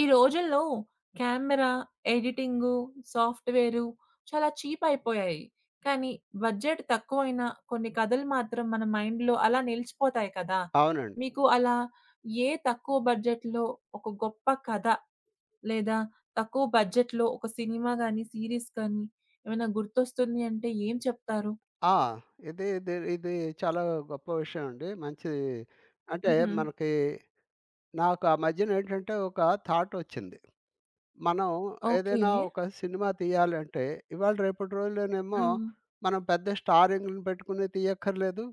ఈ రోజుల్లో camera, editing, software చాలా చీప్ అయిపోయాయి. కానీ బడ్జెట్ తక్కువైనా కొన్ని కథలు మాత్రం మన మైండ్‌లో అలా నిలిచిపోతాయి కదా! అవునండి. మీకు అలా ఏ తక్కువ బడ్జెట్‌లో ఒక గొప్ప కథ, లేదా తక్కువ బడ్జెట్‌లో ఒక సినిమా గాని, సీరీస్ కానీ ఏమైనా గుర్తొస్తుంది అంటే ఏం చెప్తారు? ఆ! ఇది ఇది ఇది చాలా గొప్ప విషయం అండి. మంచి అంటే హుహు. మనకి, నాకు ఆ మధ్యన ఏంటంటే ఒక థాటొచ్చింది. మనం ఓకే. ఏదైనా ఒక సినిమా తీయాలంటే, ఇవాళ రేపటి రోజుల్లోనేమో హ్మ్. మనం పెద్ద స్టారింగ్‌లను పెట్టుకుని తీయక్కర్లేదు.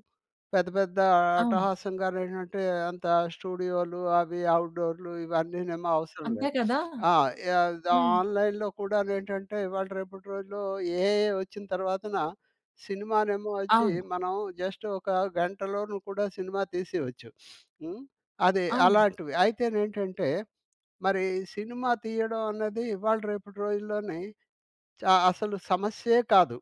పెద్ద పెద్ద అవును. అట్టహాసంగానేంటంటే అంత స్టూడియోలు, అవి అవుట్‌డోర్‌లు ఇవన్నీనేమో అవసరం అంతే లేదు. కదా! ఆ! యాద్ హ్మ్. ఆన్‌లైన్‌లో కూడానేంటంటే ఇవాళ రేపటి రోజుల్లో ఏఐ వచ్చిన తర్వాతన సినిమానేమో వచ్చి అవును. మనం జస్ట్ ఒక గంటలోను కూడా సినిమా తీసేయొచ్చు. హ్మ్. అది అవును. అలాంటివి. అయితేనేంటంటే మరి సినిమా తీయడం అన్నది ఇవాళ రేపటి రోజుల్లోని అసలు సమస్యే కాదు.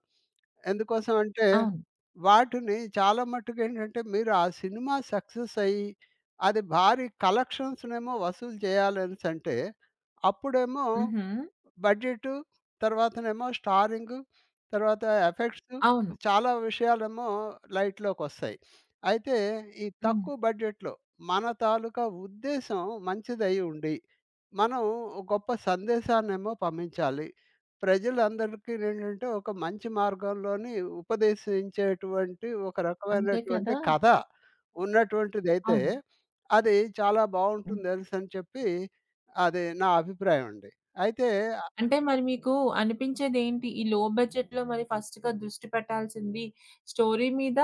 ఎందుకోసం అంటే, అవును. వాటిని చాలా మట్టుకేంటంటే, మీరు ఆ సినిమా సక్సెస్ అయ్యి, అది భారీ కలెక్షన్స్‌నేమో వసూలు చేయాలనేసంటే, అప్పుడేమో హుహు. బడ్జెటు, తర్వాతనేమో స్టారింగు, తర్వాత ఎఫెక్ట్సు, అవును. చాలా విషయాలేమో లైట్‌లోకొస్తాయి. అయితే ఈ హ్మ్. తక్కువ బడ్జెట్‌లో మన తాలూకా ఉద్దేశ్యం మంచిదై ఉండి, మనం గొప్ప సందేశాన్నేమో పంపించాలి. ప్రజలందరికీ నేంటంటే ఒక మంచి మార్గంలోని ఉపదేశించేటువంటి ఒక అంతే రకమైనటువంటి కదా! కథ ఉన్నటువంటిదైతే, అవును. అది చాలా హ్మ్. బావుంటుందనేసని చెప్పి, అది నా అభిప్రాయం అండి. అయితే అంటే మరి మీకు అనిపించేదేంటి? ఈ లో బడ్జెట్‌లో మరి ఫస్ట్‌గా దృష్టి పెట్టాల్సింది స్టోరీ మీద,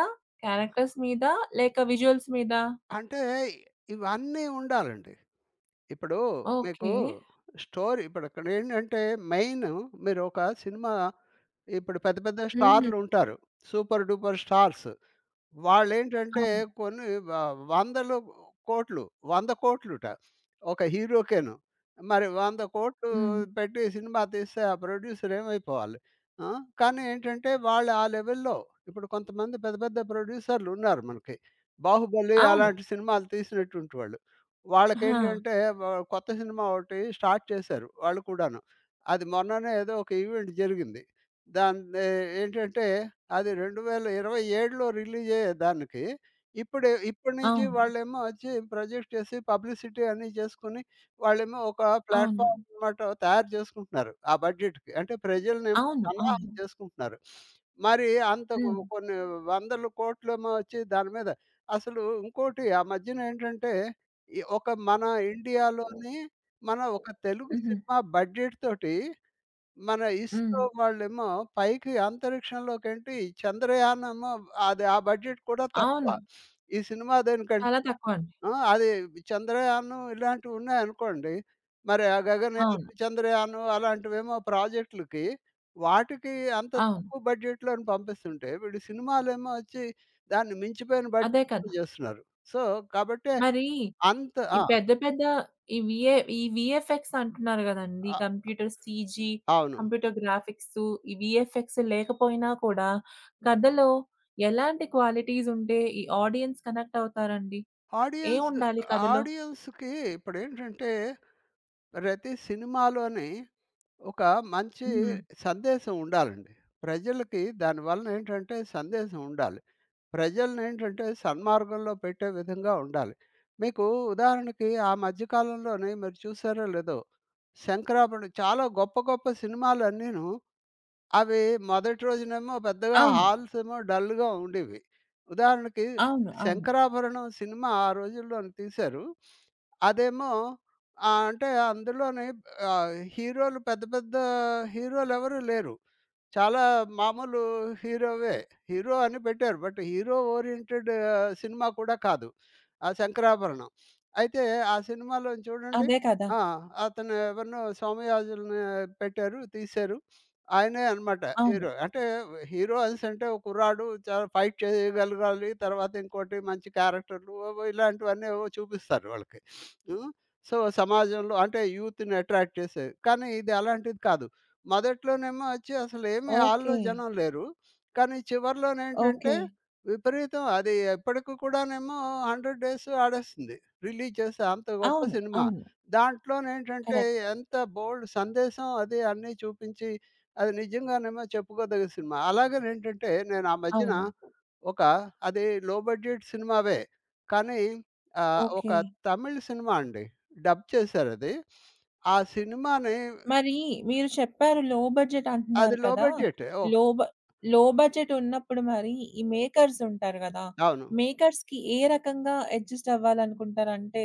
క్యారెక్టర్స్ మీద లేక విజువల్స్ మీద? అంటే ఇవన్నీ ఉండాలండి. ఇప్పుడు మీకు ఓకే. స్టోరీ ఇప్పుడు ఇక్కడేంటంటే మెయిన్, మీరు ఒక సినిమా, ఇప్పుడు పెద్ద పెద్ద హుహు. స్టార్లుంటారు. Super duper stars. వాళ్ళేంటంటే అవును. కొన్ని వందలు కోట్లు, 100,00,00,000ట ఒక హీరోకేను. మరి 100,00,00,000 హ్మ్. పెట్టి సినిమా తీస్తే ఆ ప్రొడ్యూసర్ ఏమైపోవాలి? ఆ! కానీ ఏంటంటే వాళ్ళు ఆ లెవెల్‌లో, ఇప్పుడు కొంతమంది పెద్ద పెద్ద ప్రొడ్యూసర్లు ఉన్నారు మనకి. 'బాహుబలి' అవును. అలాంటి సినిమాలు తీసినటువంటి వాళ్ళు. ఆ! వాళ్ళకేంటంటే వ కొత్త సినిమా ఒకటి స్టార్ట్ చేశారు వాళ్ళు కూడాను. అది మొన్ననే ఏదో ఒక ఈవెంట్ జరిగింది. దాన్ని ఏంటంటే అది 2027లో రిలీజ్ అయ్యేదానికి ఇప్పుడే, ఇప్పటి నుంచి అవును. వాళ్ళేమో వచ్చి ప్రొజెక్ట్ చేసి పబ్లిసిటీ అన్నీ చేసుకొని, వాళ్ళేమో ఒక అవును. ప్లాట్‌ఫార్మ్ అనమాట తయారు చేసుకుంటున్నారు ఆ బడ్జెట్‌కి. అంటే ప్రజలనేమో అవును. సన్నాహం అవును. చేసుకుంటున్నారు. మరి అంత హ్మ్. కొన్ని వందల కోట్లేమో వచ్చి దాని మీద. అసలు ఇంకోటి ఆ మధ్యన ఏంటంటే, ఈ ఒక మన ఇండియాలోని మన ఒక తెలుగు హుహు. సినిమా బడ్జెట్ తోటి మన హ్మ్. ఇస్రో వాళ్ళేమో పైకి అంతరిక్షంలోకేంటి చంద్రయాన్ ఏమో, అది ఆ బడ్జెట్ కూడా తక్కువ అవును. ఈ సినిమా దేనికంటే. చాలా తక్కువండి. ఆ! అది చంద్రయాన్ ఇలాంటివున్నాయనుకోండి, మరి ఆ గగనయాన్, అవును. చంద్రయాన్ అలాంటివేమో ప్రాజెక్ట్‌లకి, వాటికి అంత అవును. తక్కువ బడ్జెట్‌లోని పంపిస్తుంటే, వీడు సినిమాలేమో వచ్చి దాన్ని మించిపోయిన అదే బడ్జెట్‌తో కదా! చేస్తున్నారు. సో, కాబట్టే మరి అంత ఈ ఆ! పెద్ద పెద్ద ఈ విఏ ఈ విఎఫ్ఎక్స్ అంటున్నారు గదండీ! అ కంప్యూటర్ సీజీ, అవును. కంప్యూటర్ గ్రాఫిక్సు, ఈ విఎఫ్ఎక్స్ లేకపోయినా కూడా కథలో ఎలాంటి క్వాలిటీస్ ఉంటే ఈ ఆడియన్స్ కనెక్ట్ అవుతారండి? ఆడియన్స్ ఏముండాలి కథలో? ఆడియన్స్‌కి ఇప్పుడేంటంటే ప్రతి సినిమాలోని ఒక మంచి హ్మ్. సందేశం ఉండాలండి. ప్రజలకి దానివలన ఏంటంటే సందేశం ఉండాలి. ప్రజల్ని ఏంటంటే సన్మార్గంలో పెట్టే విధంగా ఉండాలి. మీకు ఉదాహరణకి, ఆ మధ్య కాలంలోనే మీరు చూసారో లేదో, 'శంకరాభరణం' చాలా గొప్ప గొప్ప సినిమాలన్నీను, అవి మొదటి రోజునేమో పెద్దగా అవును. హాల్స్ ఏమో డల్‌గా ఉండేవి. ఉదాహరణకి అవును. అవును. 'శంకరాభరణం' సినిమా ఆ రోజుల్లోని తీశారు. అదేమో అంటే అందులోని హీరోలు పెద్ద పెద్ద హీరోలెవరు లేరు. చాలా మామూలు హీరోవే. హీరో అని పెట్టారు. బట్ హీరో ఓరియెంటెడ్ సినిమా కూడా కాదు ఆ 'శంకరాభరణం.' అయితే ఆ సినిమాలో చూడండి, అదే కదా! ఆ! అతను ఎవరినో సోమయాజుల్ని పెట్టారు, తీశారు. ఆయనే అనమాట అవును. హీరో. అంటే హీరో అనేసంటే ఒక కుర్రాడు చాలా ఫైట్ చేయగలగాలి. తర్వాత ఇంకోటి మంచి క్యారెక్టర్‌లు ఓవో ఇలాంటివన్నీ ఏవో చూపిస్తారు వాళ్ళకి. హ్మ్. సో, సమాజంలో అంటే యూత్‌ని అట్రాక్ట్ చేసేవి. కానీ ఇది అలాంటిది కాదు. మొదట్లోనేమో వచ్చి అసలు ఏమి హాల్‌లో ఓకే. జనం లేరు. కానీ చివర్లోనేంటంటే ఓకే. విపరీతం, అది ఎప్పటికి కూడానేమో 100 డేస్ ఆడేస్తుంది. రిలీజ్ చేసి అంత గొప్ప అవును. సినిమా. అవును. దాంట్లోనేంటంటే కరెక్ట్. ఎంత బోలెడు సందేశం అది అన్నీ చూపించి, అది నిజంగానేమో చెప్పుకోదగ్గ సినిమా. అలాగనేంటంటే నేను ఆ మధ్యన అవును. ఒక, అది లో బడ్జెట్ సినిమావే. కానీ ఒక ఓకే. తమిళ్ సినిమా అండి. డబ్ చేశారది. ఆ సినిమాని మరి మీరు చెప్పారు లో బడ్జెట్ అది అంటున్నారు లో కదా! బడ్జెట్. ఓహ్! లో బ లో బడ్జెట్ ఉన్నప్పుడు మరి ఈ మేకర్స్ ఉంటారు గదా! అవును. మేకర్స్‌కి ఏ రకంగా అడ్జస్ట్ అవ్వాలనుకుంటారంటే,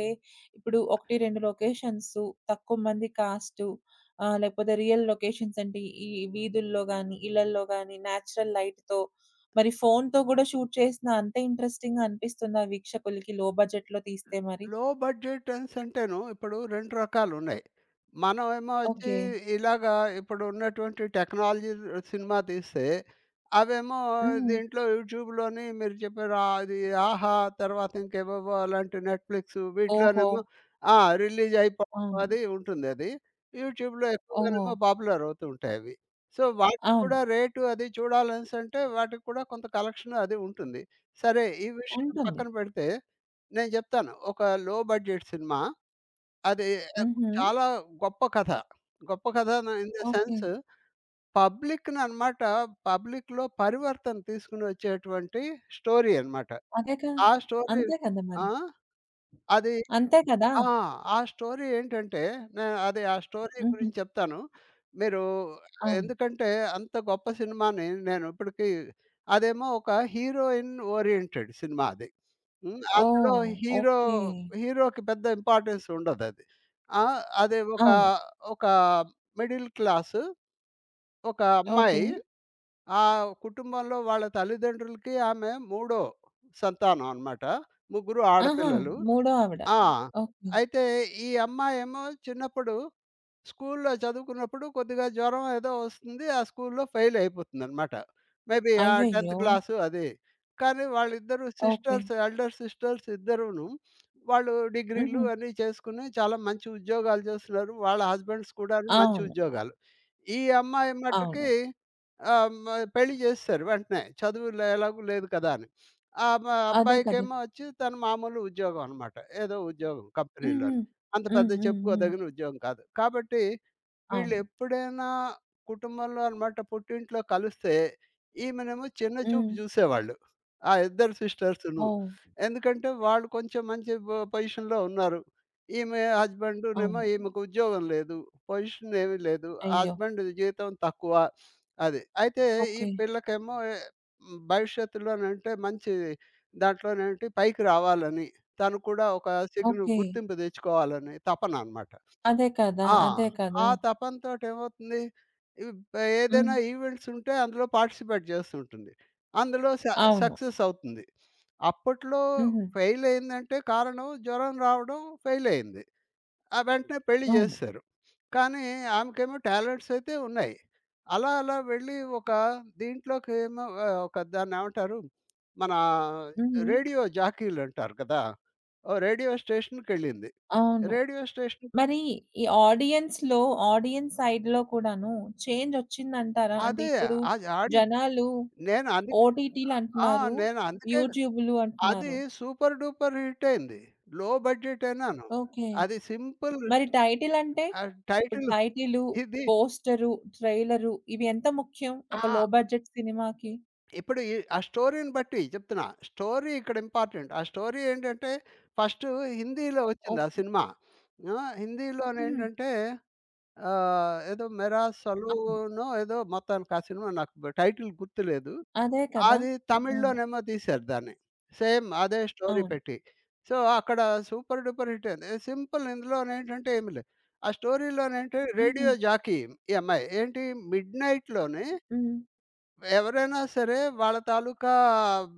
ఇప్పుడు 1, 2 లొకేషన్స్, తక్కువ మంది కాస్ట్, ఆహ్, లేకపోతే రియల్ లొకేషన్స్ అంటే ఈ వీధుల్లో గాని, ఇళ్లల్లో గాని నేచురల్ లైట్‌తో మరి ఫోన్‌తో గూడా షూట్ చేసినా అంతే ఇంట్రెస్టింగ్‌గా అనిపిస్తుందా వీక్షకులకి లో బడ్జెట్‌లో తీస్తే మరి? లో బడ్జెట్ అనేసి అంటేను ఇప్పుడు 2 రకాలున్నాయి. మనం ఏమో వచ్చి ఓకే. ఇలాగా, ఇప్పుడు ఉన్నటువంటి టెక్నాలజీ సినిమా తీస్తే, అవేమో హ్మ్. దీంట్లో యూట్యూబ్‌లోని మీరు చెప్పారు ఆహ్, అది 'ఆహా!' తర్వాత ఇంకేవేవో అలాంటి నెట్‌ఫ్లిక్స్ ఓహో! వీటిలోనేమో, ఆ! రిలీజ్ అయిపోవడం అవును. అది ఉంటుందది. యూట్యూబ్‌లో ఓహో! ఎక్కువగానేమో పాపులర్ అవుతూ ఉంటాయవి. సో, వాటికి అవును. కూడా రేటు అది చూడాలనేసంటే వాటికి కూడా కొంత కలెక్షన్ అది ఉంటుంది. సరే ఈ విషయం ఉంటుంది. పక్కన పెడితే నేను చెప్తాను. ఒక లో బడ్జెట్ సినిమా. అది ఆహ్, హుహు. చాలా గొప్ప కథ. గొప్ప కథ న ఇన్ ద ఓకే. సెన్స్ పబ్లిక్‌ననమాట పబ్లిక్‌లో పరివర్తన తీసుకొనొచ్చేటువంటి స్టోరీ అనమాట. అదే కదా! ఆ స్టోరీ అంతే కదా ఆ! మరి. అది అంతే కదా! ఆ! ఆ స్టోరీ ఏంటంటే నేను అది ఆ స్టోరీ హుహు. గురించి చెప్తాను. మీరు అవును. ఎందుకంటే అంత గొప్ప సినిమాని నేను ఇప్పటికి, అదేమో ఒక హీరోయిన్ ఓరియంటెడ్ సినిమా అది. హ్మ్. అందులో ఓహ్! Hero okay. హీరోకి పెద్ద ఇంపార్టెన్స్ ఉండదది. ఆ! అది ఒక, అవును. ఒక మిడిల్ క్లాసు, ఒక అమ్మాయి. ఓకే. ఆ కుటుంబంలో వాళ్ళ తల్లిదండ్రులకి ఆమె మూడో సంతానం అన్నమాట. ముగ్గురు ఆహా! ఆడపిల్లలు. మూడో ఆవిడ. ఆ! ఓకే. అయితే ఈ అమ్మాయేమో చిన్నప్పుడు స్కూల్‌లో చదువుకున్నప్పుడు కొద్దిగా జ్వరం ఏదో వస్తుంది. ఆ స్కూల్‌లో ఫెయిల్ అయిపోతుందనమాట. మేబీ ఆ 10th అయ్యయ్యో! క్లాసు అది. కానీ వాళ్ళిద్దరూ ఓకే. సిస్టర్స్, ఎల్డర్ సిస్టర్స్ ఇద్దరూను, వాళ్ళు డిగ్రీలు హుహు. అన్నీ చేసుకుని చాలా మంచి ఉద్యోగాలు చేస్తున్నారు. వాళ్ళ హస్బెండ్స్ కూడాను మంచి అవును. ఉద్యోగాలు. ఈ అమ్మాయి అవును. మట్టుకి ఆహ్, మ పెళ్లి చేసేసారు వెంటనే. చదువులో ఎలాగూ లేదు కదా అని. ఆ అదే కదా! అబ్బాయికేమో వచ్చి తను మామూలు ఉద్యోగం అనమాట. ఏదో ఉద్యోగం హుహు. కంపెనీలోని. అంత హ్మ్. పెద్ద హ్మ్. హ్మ్. చెప్పుకోదగిన ఉద్యోగం కాదు. కాబట్టి, అవును. వీళ్ళెప్పుడైనా కుటుంబంలో అనమాట పుట్టింట్లో కలిస్తే, ఈమెనేమో చిన్న హ్మ్. చూపు జూసేవాళ్ళు ఆ ఇద్దరు సిస్టర్సును. ఓహ్! ఎందుకంటే వాళ్ళు కొంచెం మంచి పొజిషన్‌లో ఉన్నారు. ఈమె హస్బెండునేమో అవును. ఈమెకు ఉద్యోగం లేదు. పొజిషన్ ఏమీ లేదు. అయ్యో! హస్బెండ్ జీతం తక్కువ అది. అయితే ఈ ఓకే. పిల్లకేమో భవిష్యత్తులోనంటే మంచి దాంట్లోనేంటి పైకి రావాలని, తను కూడా ఒక సిగ్ను ఓకే. గుర్తింపు తెచ్చుకోవాలని తపననమాట. అదే కదా! ఆ! అదే కదా! ఆ తపనతోటి ఏమవుతుంది, ఇవ్ హ్మ్. ఏదైనా ఈవెంట్స్ ఉంటే అందులో పార్టిసిపేట్ చేస్తుంటుంది. అందులో అవును. సక్సెస్ అవుతుంది. అప్పట్లో హుహు. ఫెయిల్ అయిందంటే కారణం జ్వరం రావడం, ఫెయిల్ అయింది. ఆ వెంటనే పెళ్లి అవును. చేసేసారు. కానీ ఆమెకేమో టాలెంట్స్ అయితే ఉన్నాయి. అలా అలా వెళ్ళి ఒక దీంట్లోకి ఏమో ఆహ్, ఒక దాన్నేమంటారు మన హుహు. రేడియో జాకీలంటారు కదా! ఓ రేడియో స్టేషన్‌కెళ్ళింది. అవును. రేడియో స్టేషన్ మరి ఈ ఆడియన్స్‌లో, ఆడియన్స్ సైడ్‌లో కూడాను చేంజొచ్చిందంటారా? అంటే అదే. ఇప్పుడు అది ఆడి జనాలు నేను అందుకే ఓటీటీలు ఆ! అంటున్నారు. నేను అందుకే యూట్యూబులు అది అంటున్నారు. సూపర్ డూపర్ హిట్ అయింది. లో బడ్జెట్ అన్నాను. ఓకే. అది సింపుల్. మరి టైటిల్ అంటే? ఆహ్, ఇప్పుడు టైటిల్ టైటిలు, ఇది పోస్టరు, ట్రైలరు ఇవి ఎంత ముఖ్యం ఒక ఆ! లో బడ్జెట్ సినిమాకి? ఇప్పుడు ఈ ఆ స్టోరీని బట్టి చెప్తున్నా. స్టోరీ ఇక్కడ ఇంపార్టెంట్. ఆ స్టోరీ ఏంటంటే ఫస్ట్ హిందీలో వచ్చింది ఆ ఓకే. సినిమా. ఆ! హ్మ్. హిందీలోనేంటంటే ఆహ్, ఏదో 'మేరా అవును. సలూనో' ఏదో మొత్తానికి, ఆ సినిమా నాకు టైటిల్ గుర్తులేదు. అదే కదా! అది అవును. తమిళ్‌లోనేమో తీశారు దాన్ని. సేమ్ అదే స్టోరీ అవును. పెట్టి. సో, అక్కడ సూపర్ డూపర్ హిట్ అయింది. సింపుల్, ఇందులోనేంటంటే ఏమి లేదు. ఆ స్టోరీలోనేంటి హుహు. రేడియో జాకీ ఈ అమ్మాయి. ఏంటి మిడ్ నైట్‌లోని హ్మ్. ఎవరైనా సరే వాళ్ళ తాలూకా ఆహ్,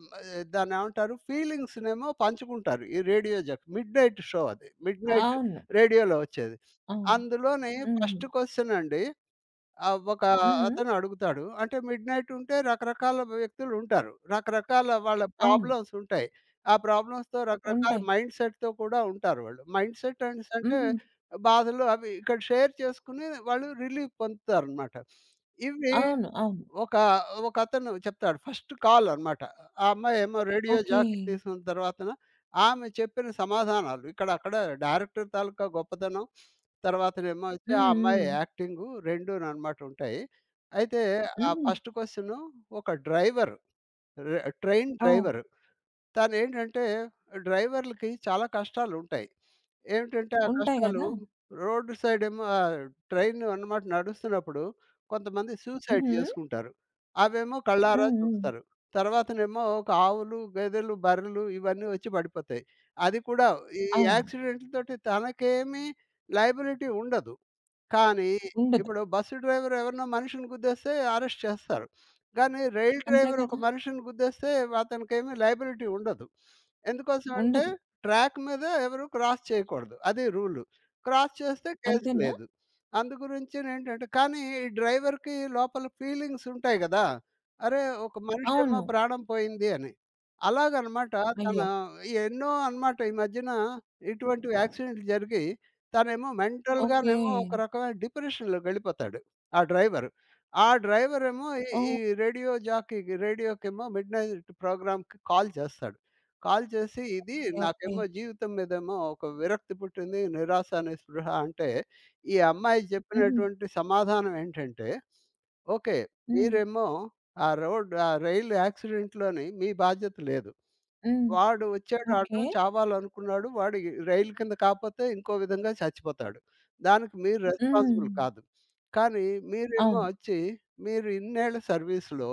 దాన్నేమంటారు ఫీలింగ్స్‌నేమో పంచుకుంటారు. ఈ radio jockey midnight show అది. మిడ్ నైట్ అవును. రేడియోలో వచ్చేది. అవును. అందులోని హుహు. ఫస్ట్ క్వెషన్ అండి, ఆ! ఒక హ్మ్. అతను అడుగుతాడు. అంటే మిడ్‌నైట్ ఉంటే రకరకాల వ్యక్తులు ఉంటారు. రకరకాల వాళ్ళ అవును. ప్రాబ్లమ్స్ ఉంటాయి. ఆ ప్రాబ్లమ్స్‌తో రకరకాల ఉంటాయి. మైండ్‌సెట్‌తో కూడా ఉంటారు వాళ్ళు. మైండ్‌సెట్ అనేసి అంటే హుహు. అంటే బాధలు అవి ఇక్కడ షేర్ చేసుకుని వాళ్ళు రిలీఫ్ పొందుతారనమాట. ఇవి అవును. అవును. ఒక ఒకతను చెప్తాడు. ఫస్ట్ కాల్ అన్నమాట. ఆ అమ్మాయేమో రేడియో ఓకే. జాకీ తీసుకున్న తర్వాతన ఆమె చెప్పిన సమాధానాలు ఇక్కడక్కడ డైరెక్టర్ తాలూకా గొప్పతనం, తర్వాతనేమో వచ్చి ఆ హ్మ్. అమ్మాయి హ్మ్. యాక్టింగు రెండూనన్నమాట ఉంటాయి. అయితే ఆ హుహు. ఫస్ట్ క్వెషను ఒక డ్రైవరు, ట్రైన్ ఓహ్! డ్రైవర్, తనేంటంటే డ్రైవర్‌లకి చాలా కష్టాలుంటాయి. ఏమిటంటే ఆ ఉంటాయి కష్టాలు, గదా! రోడ్ సైడ్ ఏమో ఆహ్, ట్రైన్ అన్నమాట నడుస్తున్నప్పుడు కొంతమంది సూసైడ్ హుహు. చేసుకుంటారు. అవేమో హ్మ్, కళ్ళారా హ్మ్. హ్మ్. చూస్తారు. తర్వాతనేమో ఒక ఆవులు, గేదెలు, బర్రెలు ఇవన్నీ వచ్చి పడిపోతాయి. అది కూడా ఈ అవును. యాక్సిడెంట్‌లతోటి తనకేమీ లయబిలిటీ ఉండదు. కానీ ఉండదు. ఇప్పుడు బస్సు డ్రైవర్ ఎవరినో మనిషిని గుద్దేస్తే అరెస్ట్ చేస్తారు. కానీ రైలు అంతే డ్రైవర్ ఒక కదా! మనిషిని గుద్దేస్తే అతనికేమీ లయబిలిటీ ఉండదు. ఎందుకోసం అంటే ఉండదు. ట్రాక్ మీద ఎవరు క్రాస్ చేయకూడదు. అది రూలు. క్రాస్ చేస్తే కేసు అంతేనా? లేదు. అందుగురించేనేంటంటే కానీ ఈ డ్రైవర్‌కి లోపల ఫీలింగ్స్ ఉంటాయి గదా! అరే! ఒక మనిషేమో అవును. ప్రాణం పోయింది అని. అలాగనమాట తన, అయ్యో! ఎన్నో అనమాట ఈ మధ్యన ఇటువంటి యాక్సిడెంట్లు జరిగి తనేమో ఓకే. మెంటల్‌గానేమో ఒక రకమైన డిప్రెషన్‌లోకి వెళ్ళిపోతాడు ఆ డ్రైవరు. ఆ డ్రైవరేమో ఈ ఓకే. ఈ రేడియో జాకీకి, రేడియోకేమో మిడ్‌నైట్ ప్రోగ్రామ్‌కి కాల్ చేస్తాడు. కాల్ చేసి ఇది ఓకే. నాకేమో జీవితం మీదేమో ఒక విరక్తి పుట్టింది, నిరాశ, నిస్పృహ అంటే, ఈ అమ్మాయి హుహు. చెప్పినటువంటి సమాధానం ఏంటంటే, "ఓకే. హ్మ్. మీరేమో ఆ రోడ్ ఆ రైలు యాక్సిడెంట్‌లోని మీ బాధ్యత లేదు. హ్మ్. వాడు వచ్చాడు ఓకే. అడ్డం చావాలనుకున్నాడు. వాడు రైలు కింద కాపోతే ఇంకో విధంగా చచ్చిపోతాడు. దానికి మీరు హ్మ్. రెస్పాన్సిబుల్ కాదు. కానీ మీరేమో అవును. వచ్చి మీరు ఇన్నేళ్ల సర్వీస్‌లో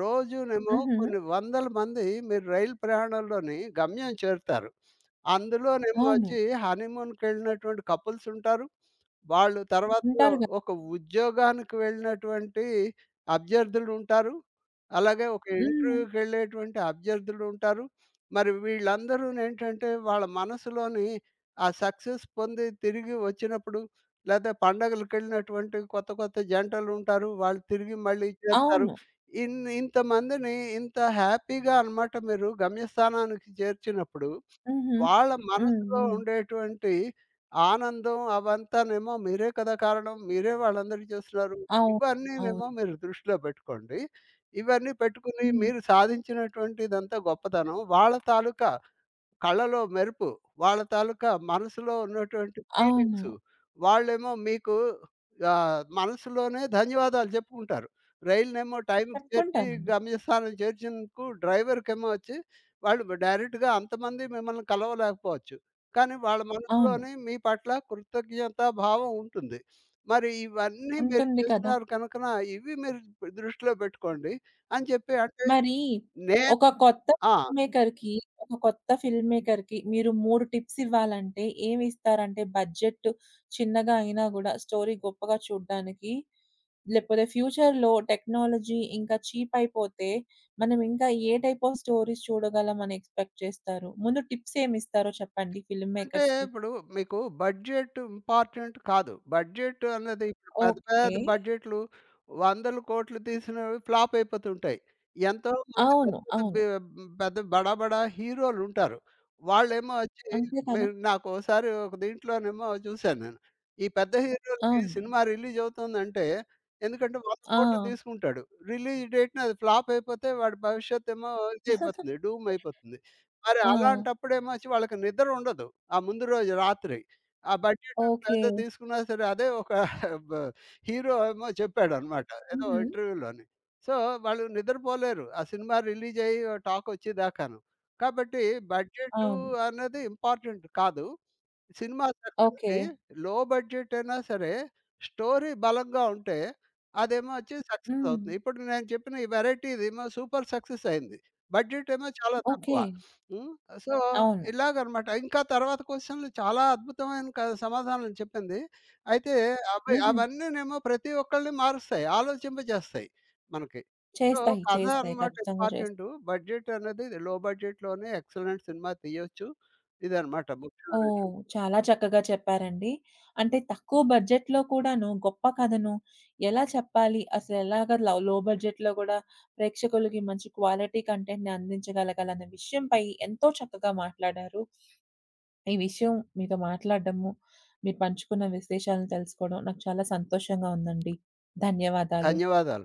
రోజునేమో హుహు. కొన్ని వందల మంది మీరు రైలు ప్రయాణంలోని గమ్యం చేరుతారు. అందులోనేమో అవును. వచ్చి హనీమూన్‌కెళ్ళినటువంటి కపుల్స్ ఉంటారు. వాళ్ళు తర్వాత ఉంటారు గదా! ఒక ఉద్యోగానికి వెళ్ళినటువంటి అభ్యర్థులుంటారు. అలాగే ఒక హ్మ్. ఇంటర్వ్యూకెళ్ళేటువంటి అభ్యర్థులుంటారు. మరి వీళ్ళందరూనేంటంటే, వాళ్ళ మనసులోని ఆ సక్సెస్ పొంది తిరిగి వచ్చినప్పుడు, లేతే పండగలకెళ్ళినటువంటి కొత్త, కొత్త జంటలుంటారు. వాళ్ళు తిరిగి మళ్ళీ చేరుతారు. అవును. ఇంతమందిని ఇంత హ్యాపీగా అనమాట మీరు గమ్యస్థానానికి చేర్చినప్పుడు, హుహు. వాళ్ళ హ్మ్. మనసులో హ్మ్. ఉండేటువంటి ఆనందం అవంతానేమో మీరే కదా కారణం. మీరే వాళ్ళందరికీ చేస్తున్నారు. అవును. ఇవన్నీనేమో అవును. మీరు దృష్టిలో పెట్టుకోండి. ఇవన్నీ పెట్టుకుని హుహు. మీరు సాధించినటువంటిదంతా గొప్పతనం. వాళ్ళ తాలూకా కళ్ళలో మెరుపు, వాళ్ళ తాలూకా మనసులో ఉన్నటువంటి అవును. ఫీలింగ్సు. వాళ్ళేమో మీకు ఆహ్, మనసులోనే ధన్యవాదాలు చెప్పుకుంటారు. రైలునేమో టైంకి చేర్చి, చెప్పుకుంటారండి. గమ్యస్థానం చేర్చినందుకు డ్రైవర్‌కేమో వచ్చి, వాళ్ళు డైరెక్ట్‌గా అంతమంది మిమ్మల్ని కలవలేకపోవచ్చు. కానీ వాళ్ళ అవును. మనసులోని మీ పట్ల కృతజ్ఞతా భావం ఉంటుంది. మరి ఇవన్నీ మీరు ఉంటుంది కదా! చేస్తున్నారు కనుకన ఇవి మీరు దృష్టిలో పెట్టుకోండి" అని చెప్పి, అంటే మరి నేను ఒక కొత్త ఆ! ఫిల్మ్ మేకర్‌కి, ఒక కొత్త ఫిల్మ్ మేకర్‌కి మీరు 3 టిప్స్ ఇవ్వాలంటే ఏమిస్తారంటే బడ్జెట్ చిన్నగా అయినా గూడా స్టోరీ గొప్పగా చూడ్డానికి, లేకపోతే ఫ్యూచర్‌లో టెక్నాలజీ ఇంకా చీప్ అయిపోతే మనం ఇంకా ఏ టైప్ ఆఫ్ స్టోరీస్ చూడగలం అని ఎక్స్‌పెక్ట్ చేస్తారు? ముందు టిప్స్ ఏమిస్తారో చెప్పండి ఫిల్మ్ అంటే మేకర్స్‌కి? ఇప్పుడు మీకు బడ్జెట్ ఇంపార్టెంట్ కాదు. బడ్జెట్ అన్నది ఇప్పుడు పెద్ద ఓకే. పెద్ద బడ్జెట్‌లు 100,00,00,000 తీసినవి ఫ్లాప్ అయిపోతుంటాయి. ఎంతో మంది పెద్ద అవును. పెద్ద అవును. పెద్ద బడా బడా హీరోలుంటారు. వాళ్ళేమో వచ్చి అంతే కదా! మీరు నాకోసారి ఒక దీంట్లోనేమో చూసాను నేను. ఈ పెద్ద హీరోలకి అవును. సినిమా రిలీజ్ అవుతుందంటే ఎందుకంటే ఆ! 100,00,00,000 తీసుకుంటాడు. రిలీజ్ డేట్‌న అది ఫ్లాప్ అయిపోతే వాడి భవిష్యత్తేమో ఇదయిపోతుంది. డూమ్ అయిపోతుంది. మరి ఆ! అలాంటప్పుడేమొచ్చి వాళ్ళకి నిద్ర ఉండదు ఆ ముందు రోజు రాత్రి. ఆ బడ్జెట్ ఓకే. పెద్దది తీసుకున్నా సరే అదే ఒక బ హీరో ఏమో చెప్పాడనమాట ఏదో హుహు. ఇంటర్వ్యూలోని. సో, వాళ్ళు నిద్రపోలేరు ఆ సినిమా రిలీజ్ అయ్యి టాకొచ్చేదాకాను. కాబట్టి బడ్జెటు అవును. అన్నది ఇంపార్టెంట్ కాదు. సినిమా ఓకే. సక్సెస్‌కి లో బడ్జెట్ అయినా సరే, స్టోరీ బలంగా ఉంటే, అదేమో వచ్చి సక్సెస్ హ్మ్. అవుతుంది. ఇప్పుడు నేను చెప్పిన ఈ వెరైటీ ఇదేమో సూపర్ సక్సెస్ అయింది. బడ్జెట్ ఏమో చాలా తక్కువ. ఓకే. హ్మ్. సో, అవును. ఇలాగనమాట. ఇంకా తర్వాత క్వెషన్‌లు చాలా అద్భుతమైన సమాధానాలు చెప్పింది. అయితే అవి, హుహు. అవన్నీనేమో ప్రతి ఒక్కళ్ళని మారుస్తాయి, ఆలోచింపజేస్తాయి మనకి. సో, చేస్తాయి. కథ చేస్తాయి. అనమాట ఖచ్చితంగా చేస్తాయి. ఇంపార్టెంటు. బడ్జెట్ అనేది లో బడ్జెట్‌లోనే ఎక్సలెంట్ సినిమా తీయొచ్చు. ఇదనమాట ఓహ్! ముఖ్యమైనటువంటి. చాలా చక్కగా చెప్పారండి. అంటే తక్కువ బడ్జెట్‌లో కూడాను గొప్ప కథను ఎలా చెప్పాలి? అసలెలాగా లవ్ లో బడ్జెట్‌లో గూడా ప్రేక్షకులకి మంచి క్వాలిటీ కంటెంట్‌ని అందించగలగాలన్న విషయంపై ఎంతో చక్కగా మాట్లాడారు. ఈ విషయం మీతో మాట్లాడడము, మీరు పంచుకున్న విశేషాలను తెలుసుకోవడం నాకు చాలా సంతోషంగా ఉందండి. ధన్యవాదాలు. ధన్యవాదాలు.